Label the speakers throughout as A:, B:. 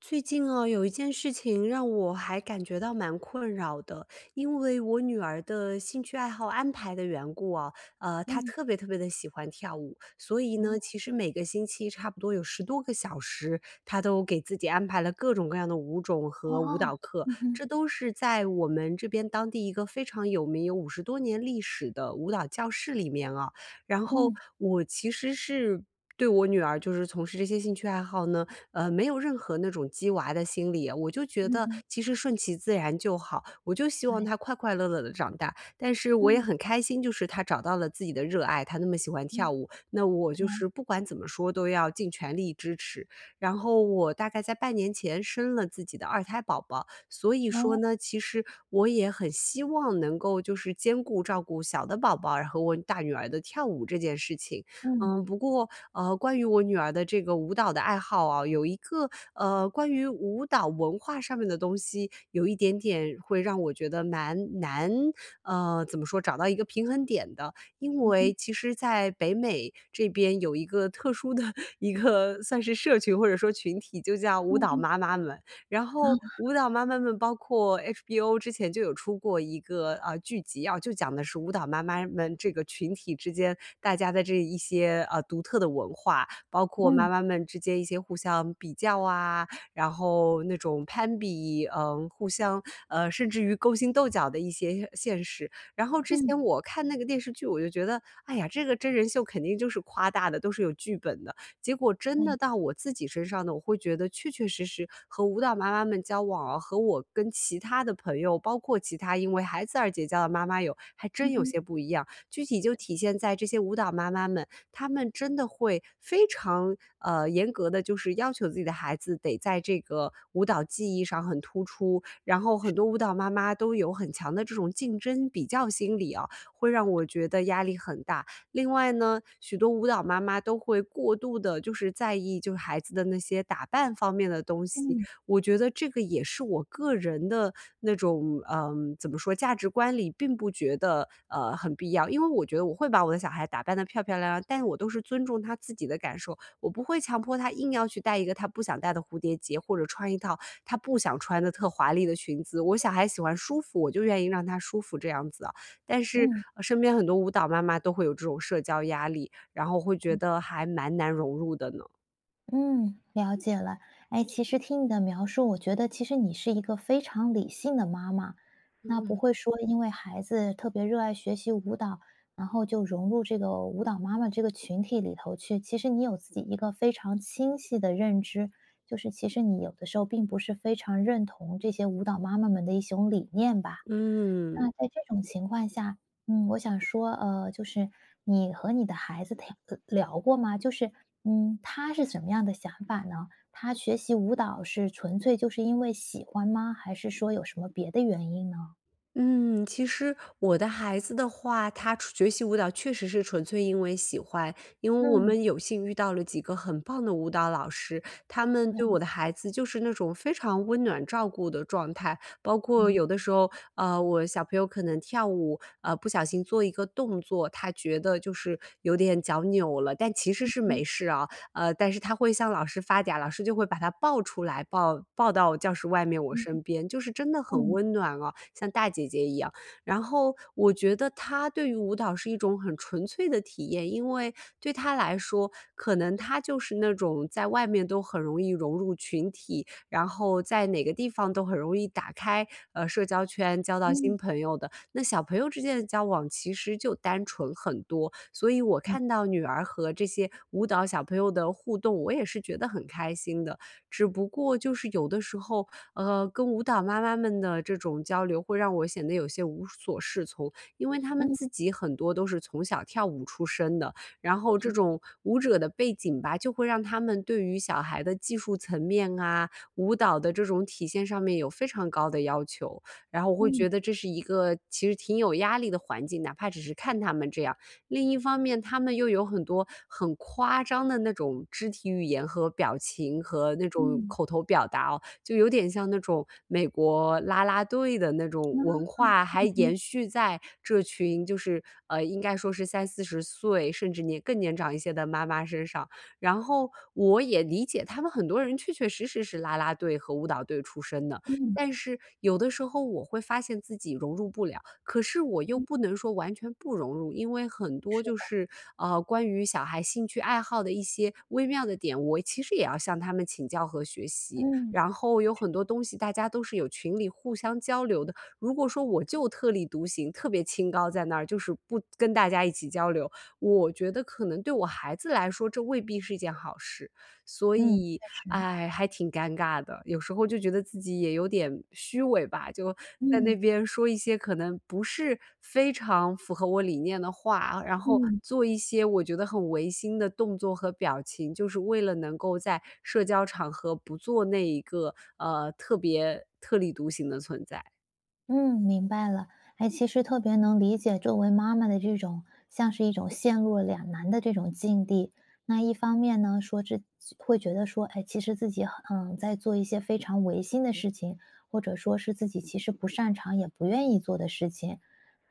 A: 最近哦，有一件事情让我还感觉到蛮困扰的，因为我女儿的兴趣爱好安排的缘故啊，她
B: 嗯，
A: 特别特别的喜欢跳舞，所以呢，
B: 哦，
A: 其实每个星期差不多有十多个小时，她都给自己安排了各种各样的舞种和舞
B: 哦，
A: 蹈课，
B: 嗯哼，
A: 这都是在我们这边当地一个非常有名、有五十多年历史的舞蹈教室里面啊。然后
B: 嗯，
A: 我其实是对我女儿就是从事这些兴趣爱好呢。没有任何那种鸡娃的心理，我就觉
B: 嗯
A: 得
B: 哼，
A: 其实顺其自然就好，我就希
B: 对，
A: 望他快快乐乐的长大。但是我也
B: 嗯，
A: 很开心，就是他找到了自己的热爱，他那么喜欢跳
B: 嗯，
A: 舞，那我
B: 对，
A: 就是不管怎么说都要尽全力支持。然后我大概在半年前生了自己的二胎宝宝，所以说
B: 哦，
A: 呢，其实我也很希望能够就是兼顾照顾小的宝宝，然后我大女儿的跳舞这件事情。
B: 嗯，
A: 嗯，不过关于我女儿的这个舞蹈的爱好啊，有一个关于舞蹈文化上面的东西，有一点点会让我觉得蛮难，怎么说，找到一个平衡点的。因
B: 嗯
A: 为
B: 哼，
A: 其实，在北美这边有一个特殊的 一个算是社群或者说群体，就叫舞
B: 嗯
A: 蹈
B: 哼，
A: 妈妈们。然
B: 啊，
A: 后舞蹈妈妈们，包括 HBO 之前就有出过一个剧集啊，就讲的是舞蹈妈妈们这个群体之间大家的这一些独特的文化，包括妈
B: 嗯，
A: 妈们之间一些互相比较啊，然后那种攀比，甚至于勾心斗角的一些现实。然后之
B: 嗯，
A: 前我看那个电视剧，我就觉得，哎呀，这个真人秀肯定就是夸大的，都是有剧本的。结果真的
B: 对，
A: 到我自己身上呢，我会觉得确确实实和舞蹈妈妈们交往啊，和我跟其他的朋友，包括其他因为孩子而结交的妈妈还真
B: 嗯
A: 有
B: 哼，
A: 些不一样。具体就体现在这些舞蹈妈妈们，她们真的会非常严格的，就是要求自己的孩子得在这个舞蹈技艺上很突出。然后很多舞蹈妈妈都有很强的这种竞争比较心理啊，会让我觉得压力很大。另外呢，许多舞蹈妈妈都会过度的，就是在意就是孩子的那些打扮方面的东西，
B: 嗯，
A: 我觉得这个也是我个人的那种，嗯，怎么说，价值观里并不觉得，很必要。因为我觉得我会把我的小孩打扮得漂漂亮亮，但是我都是尊重他自己的感受，我不会强迫他硬要去戴一个他不想戴的蝴蝶结，或者穿一套他不想穿的特华丽的裙子。我小孩喜欢舒服，我就愿意让他舒服这样子啊。但是，
B: 嗯。
A: 身边很多舞蹈妈妈都会有这种社交压力，然后会觉得还蛮难融入的呢。
B: 嗯，了解了。哎，其实听你的描述，我觉得其实你是一个非常理性的妈妈，那不会说因为孩子特别热爱学习舞蹈，然后就融入这个舞蹈妈妈这个群体里头去。其实你有自己一个非常清晰的认知，就是其实你有的时候并不是非常认同这些舞蹈妈妈们的一种理念吧。
A: 嗯
B: 那在这种情况下，嗯，我想说，就是你和你的孩子聊过吗？就是，他是什么样的想法呢？他学习舞蹈是纯粹就是因为喜欢吗？还是说有什么别的原因呢？
A: 嗯，其实我的孩子的话，他纯学习舞蹈确实是纯粹因为喜欢，因为我
B: 嗯，
A: 们有幸遇到了几个很棒的舞蹈老师，他们
B: 对，
A: 对我的孩子就是那种非常温暖照顾的状态。包括
B: 嗯
A: 有的时候，我小朋友可能跳舞，不小心做一个动作，他觉得就是有点脚扭了，但其实是没
B: 嗯
A: 事啊，但是他会向老师发嗲，老师就会把他抱出来，抱到教室外面我身
B: 嗯
A: 边，就是真的很
B: 嗯
A: 温暖哦，像大姐姐一样。然后我觉得他对于舞蹈是一种很纯粹的体验，因为对他来说，可能他就是那种在外面都很容易融入群体，然后在哪个地方都很容易打开社交圈，交到新
B: 嗯
A: 朋友的。那小朋友之间的交往其实就单纯很多，所以我
B: 明
A: 看到女儿和这些舞蹈小朋友的互动，我也是觉得很开心的。只不过就是有的时候，跟舞蹈妈妈们的这种交流会让我显得有些无所适从，因为他们
B: 嗯
A: 自己很多都是从小跳舞出身的，然后这种舞者的背景吧，就会让他们对于小孩的技术层面啊、舞蹈的这种体现上面有非常高的要求。然后我会
B: 嗯
A: 觉得这是一个其实挺有压力的环境，哪怕只是看他们这样。另一方面，他们又有很多很夸张的那种肢体语言和表情和那种
B: 嗯
A: 口头表达哦，就有点像那种美国啦啦队的那种文
B: 嗯
A: 化，还
B: 嗯
A: 延续在这群就是应该说是三四十岁甚至年更年长一些的妈妈身上。然后我也理解他们很多人确确实实是啦啦队和舞蹈队出身的。
B: 嗯
A: 但是有的时候我会发现自己融入不了，可是我又
B: 嗯，
A: 不能说完全不融入，因为很多
B: 是
A: 就
B: 的，
A: 是关于小孩兴趣爱好的一些微妙的点，我其实也要向他们请教和学习。
B: 嗯
A: 然后有很多东西大家都是有群里互相交流的，如果说我就特立独行，特别清高在那儿，就是不跟大家一起交流，我觉得可能对我孩子来说，这未必是一件好事。所
B: 嗯，
A: 以，
B: 确实，
A: 哎，还挺尴尬的。有时候就觉得自己也有点虚伪吧，就在那
B: 嗯
A: 边说一些可能不是非常符合我理念的话，然后
B: 嗯。
A: 做一些我觉得很违心的动作和表情，就是为了能够在社交场合不做那一个特别特立独行的存在。
B: 嗯，明白了。哎，其实特别能理解作为妈妈的这种，像是一种陷入了两难的这种境地。那一方面呢，说这会觉得说，哎，其实自己在做一些非常违心的事情，或者说是自己其实不擅长也不愿意做的事情。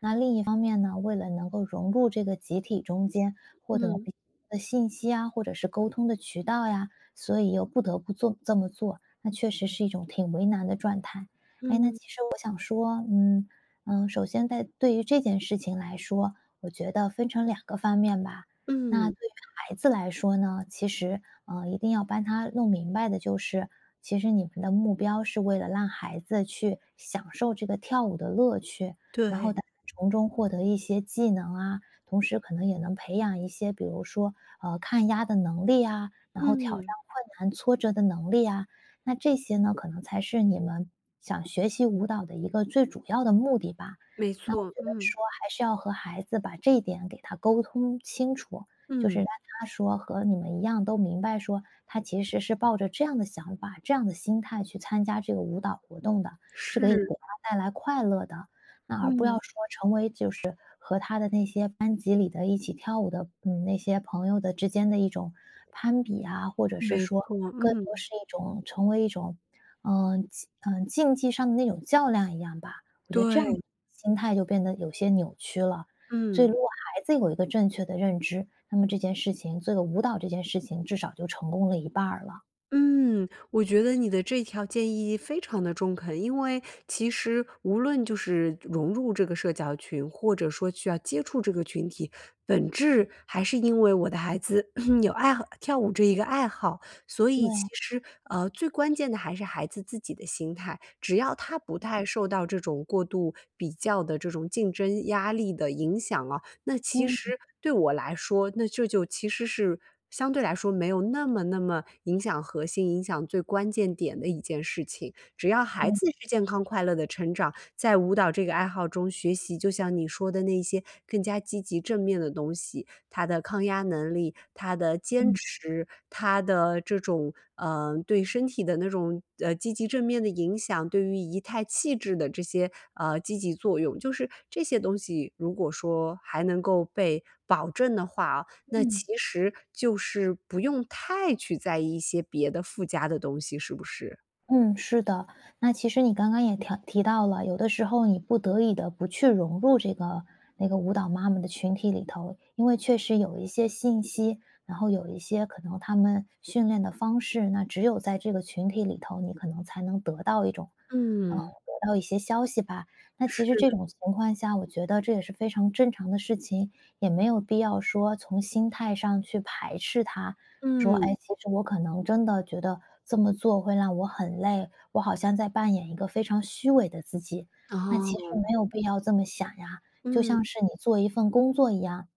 B: 那另一方面呢，为了能够融入这个集体中间，获得
A: 嗯
B: 比的信息啊，或者是沟通的渠道呀，所以又不得不做这么做，那确实是一种挺为难的状态。哎，那
A: 嗯
B: 其实我想说，首先在对于这件事情来说，我觉得分成两个方面吧。那
A: 嗯，
B: 对于孩子来说呢，其实一定要帮他弄明白的就是，其实你们的目标是为了让孩子去享受这个跳舞的乐趣，然
A: 对，
B: 后他从中获得一些技能啊，同时可能也能培养一些，比如说抗压的能力啊，然后挑战
A: 嗯，
B: 困难挫折的能力啊，那这些呢，可能才是你们想学习舞蹈的一个最主要的目的吧。
A: 没
B: 那我
A: 错，
B: 觉得
A: 嗯
B: 说还是要和孩子把这一点给他沟通清楚，就是
A: 嗯，
B: 让他说和你们一样都明白说，他其实是抱着这样的想法、这样的心态去参加这个舞蹈活动的，是可以给
A: 是，
B: 他带来快乐的。那而不要
A: 嗯，
B: 说成为就是和他的那些班级里的一起跳舞的，那些朋友的之间的一种攀比啊，或者是
A: 没
B: 说
A: 错，
B: 更多
A: 嗯，
B: 是一种成为一种，竞技上的那种较量一样吧。我觉得这样
A: 对。
B: 心态就变得有些扭曲了。所以如
A: 嗯
B: 果孩子有一个正确的认知，那么这件事情，这个舞蹈这件事情至少就成功了一半儿了。
A: 嗯，我觉得你的这条建议非常的中肯。因为其实无论就是融入这个社交群，或者说需要接触这个群体，本质还是因为我的孩子 有爱好跳舞这一个爱好。所
B: 对，
A: 以其实，最关键的还是孩子自己的心态，只要他不太受到这种过度比较的这种竞争压力的影响啊。那其
B: 嗯，
A: 实对我来说，那这就其实是相对来说没有那么那么影响核心、影响最关键点的一件事情。只要
B: 对，
A: 孩子是健康快乐的成长，在舞蹈这个爱好中学习，就像你说的那些更加积极正面的东西，他的抗压能力，他的坚
B: 嗯
A: 持，他的这种，嗯，对身体的那种，积极正面的影响，对于仪态气质的这些，积极作用，就是这些东西如果说还能够被保证的话啊，那
B: 嗯。
A: 其实就是不用太去在意一些别的附加的东西，是不是？
B: 嗯，是的。那其实你刚刚也提到了，有的时候你不得已的不去融入这个那个舞蹈妈妈的群体里头，因为确实有一些信息，然后有一些可能他们训练的方式，那只有在这个群体里头，你可能才能
A: 嗯，
B: 得到一些消息吧。那其
A: 是，
B: 实这种情况下，我觉得这也是非常正常的事情，也没有必要说从心态上去排斥它，说，
A: 嗯，
B: 哎，其实我可能真的觉得这么做会让我很累，我好像在扮演一个非常虚伪的自己。那其实
A: 哦，
B: 没有必要这么想呀，就
A: 嗯，
B: 像是你做一份工作一样，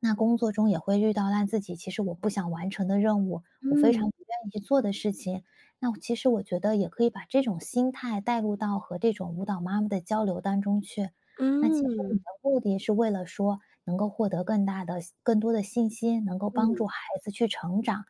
B: 那工作中也会遇到让自己其实我不想完成的任务，我非
A: 嗯，
B: 常不愿意去做的事情。那其实我觉得也可以把这种心态带入到和这种舞蹈妈妈的交流当中去。那其实你的
A: 嗯，
B: 目的是为了说能够获得更大的、更多的信心，能够帮
A: 嗯，
B: 助孩子去成长。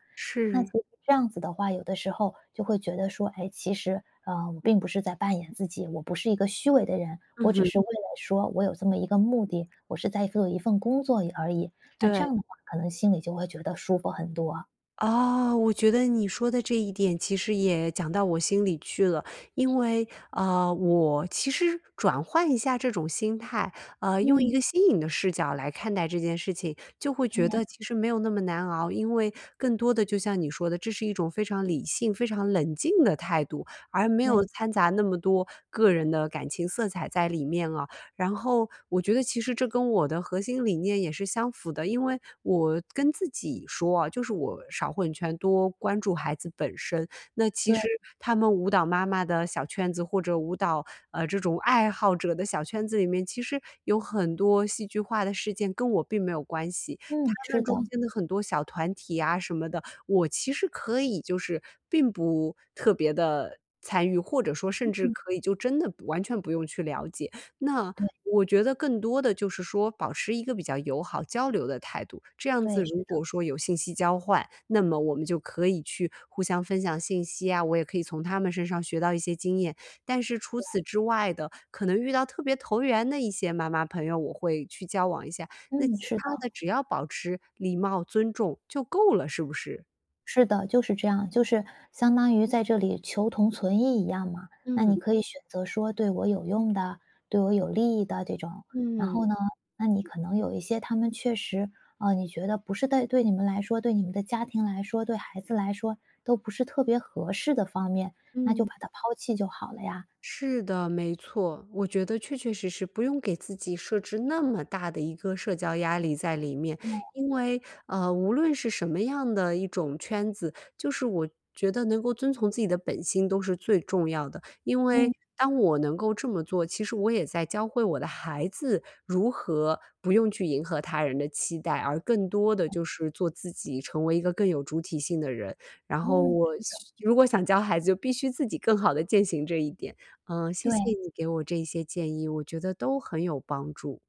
B: 那
A: 是，
B: 其实这样子的话，有的时候就会觉得说，哎，其实，我并不是在扮演自己，我不是一个虚伪的人，
A: 嗯
B: 我只
A: 哼，
B: 是为了说我有这么一个目的，我是在做一份工作而已。那这
A: 对。
B: 样的话，可能心里就会觉得舒服很多。
A: 哦，我觉得你说的这一点其实也讲到我心里去了，因为啊，我其实转换一下这种心态，用一
B: 嗯，
A: 个新颖的视角来看待这件事情，就会
B: 对
A: 觉
B: 呀，
A: 得其实没有那么难熬，因为更多的就像你说的，这是一种非常理性、非常冷静的态度，而没
B: 对
A: 有掺杂那么多个人的感情色彩在里面啊。然后我觉得其实这跟我的核心理念也是相符的，因为我跟自己说啊，就是我少混圈，多关注孩子本身。那其
B: 对，
A: 实他们舞蹈妈妈的小圈子或者舞蹈这种爱好者的小圈子里面，其实有很多戏剧化的事件跟我并没有关系。他
B: 嗯，是
A: 们
B: 的，
A: 中间的很多小团体啊什么的，我其实可以就是并不特别的。参与，或者说甚至
B: 嗯，
A: 可以就真的不完全不用去了解。那
B: 对
A: 我觉得更多的就是说保持一个比较友好交流的态度，这样
B: 对，
A: 子
B: 是
A: 如
B: 的，
A: 果说有信息交换，那么我们就可以去互相分享信息啊，我也可以从他们身上学到一些经验。但是除此之外的，可能遇到特别投缘的一些妈妈朋友，我会去交往一下，那其
B: 嗯，是的。
A: 他的只要保持礼貌、尊重就够了，是不是？
B: 是的，就是这样，就是相当于在这里求同存异一样嘛。那你
A: 嗯
B: 可以选择说对我有用的、对我有利益的这种，然
A: 嗯嗯。
B: 后呢，那你可能有一些他们确实，你觉得不是对你们来说、对你们的家庭来说、对孩子来说都不是特别合适的方面，那就把它抛弃就好了呀。
A: 是的，没错，我觉得确确实实不用给自己设置那么大的一个社交压力在里面，因为无论是什么样的一种圈子，就是我觉得能够遵从自己的本心都是最重要的。因为
B: 嗯
A: 当我能够这么做，其实我也在教会我的孩子如何不用去迎合他人的期待，而更多的就是做自己，成为一个更有主体性的人。然后
B: 嗯，
A: 我如果想教孩子，就必须自己更好的践行这一点。嗯，谢
B: 对，
A: 谢你给我这些建议，我觉得都很有帮助。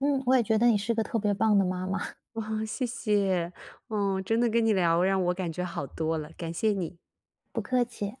B: 嗯，我也觉得你是个特别棒的妈妈，
A: 哇，谢谢，嗯，真的跟你聊让我感觉好多了，感谢你。
B: 不客气。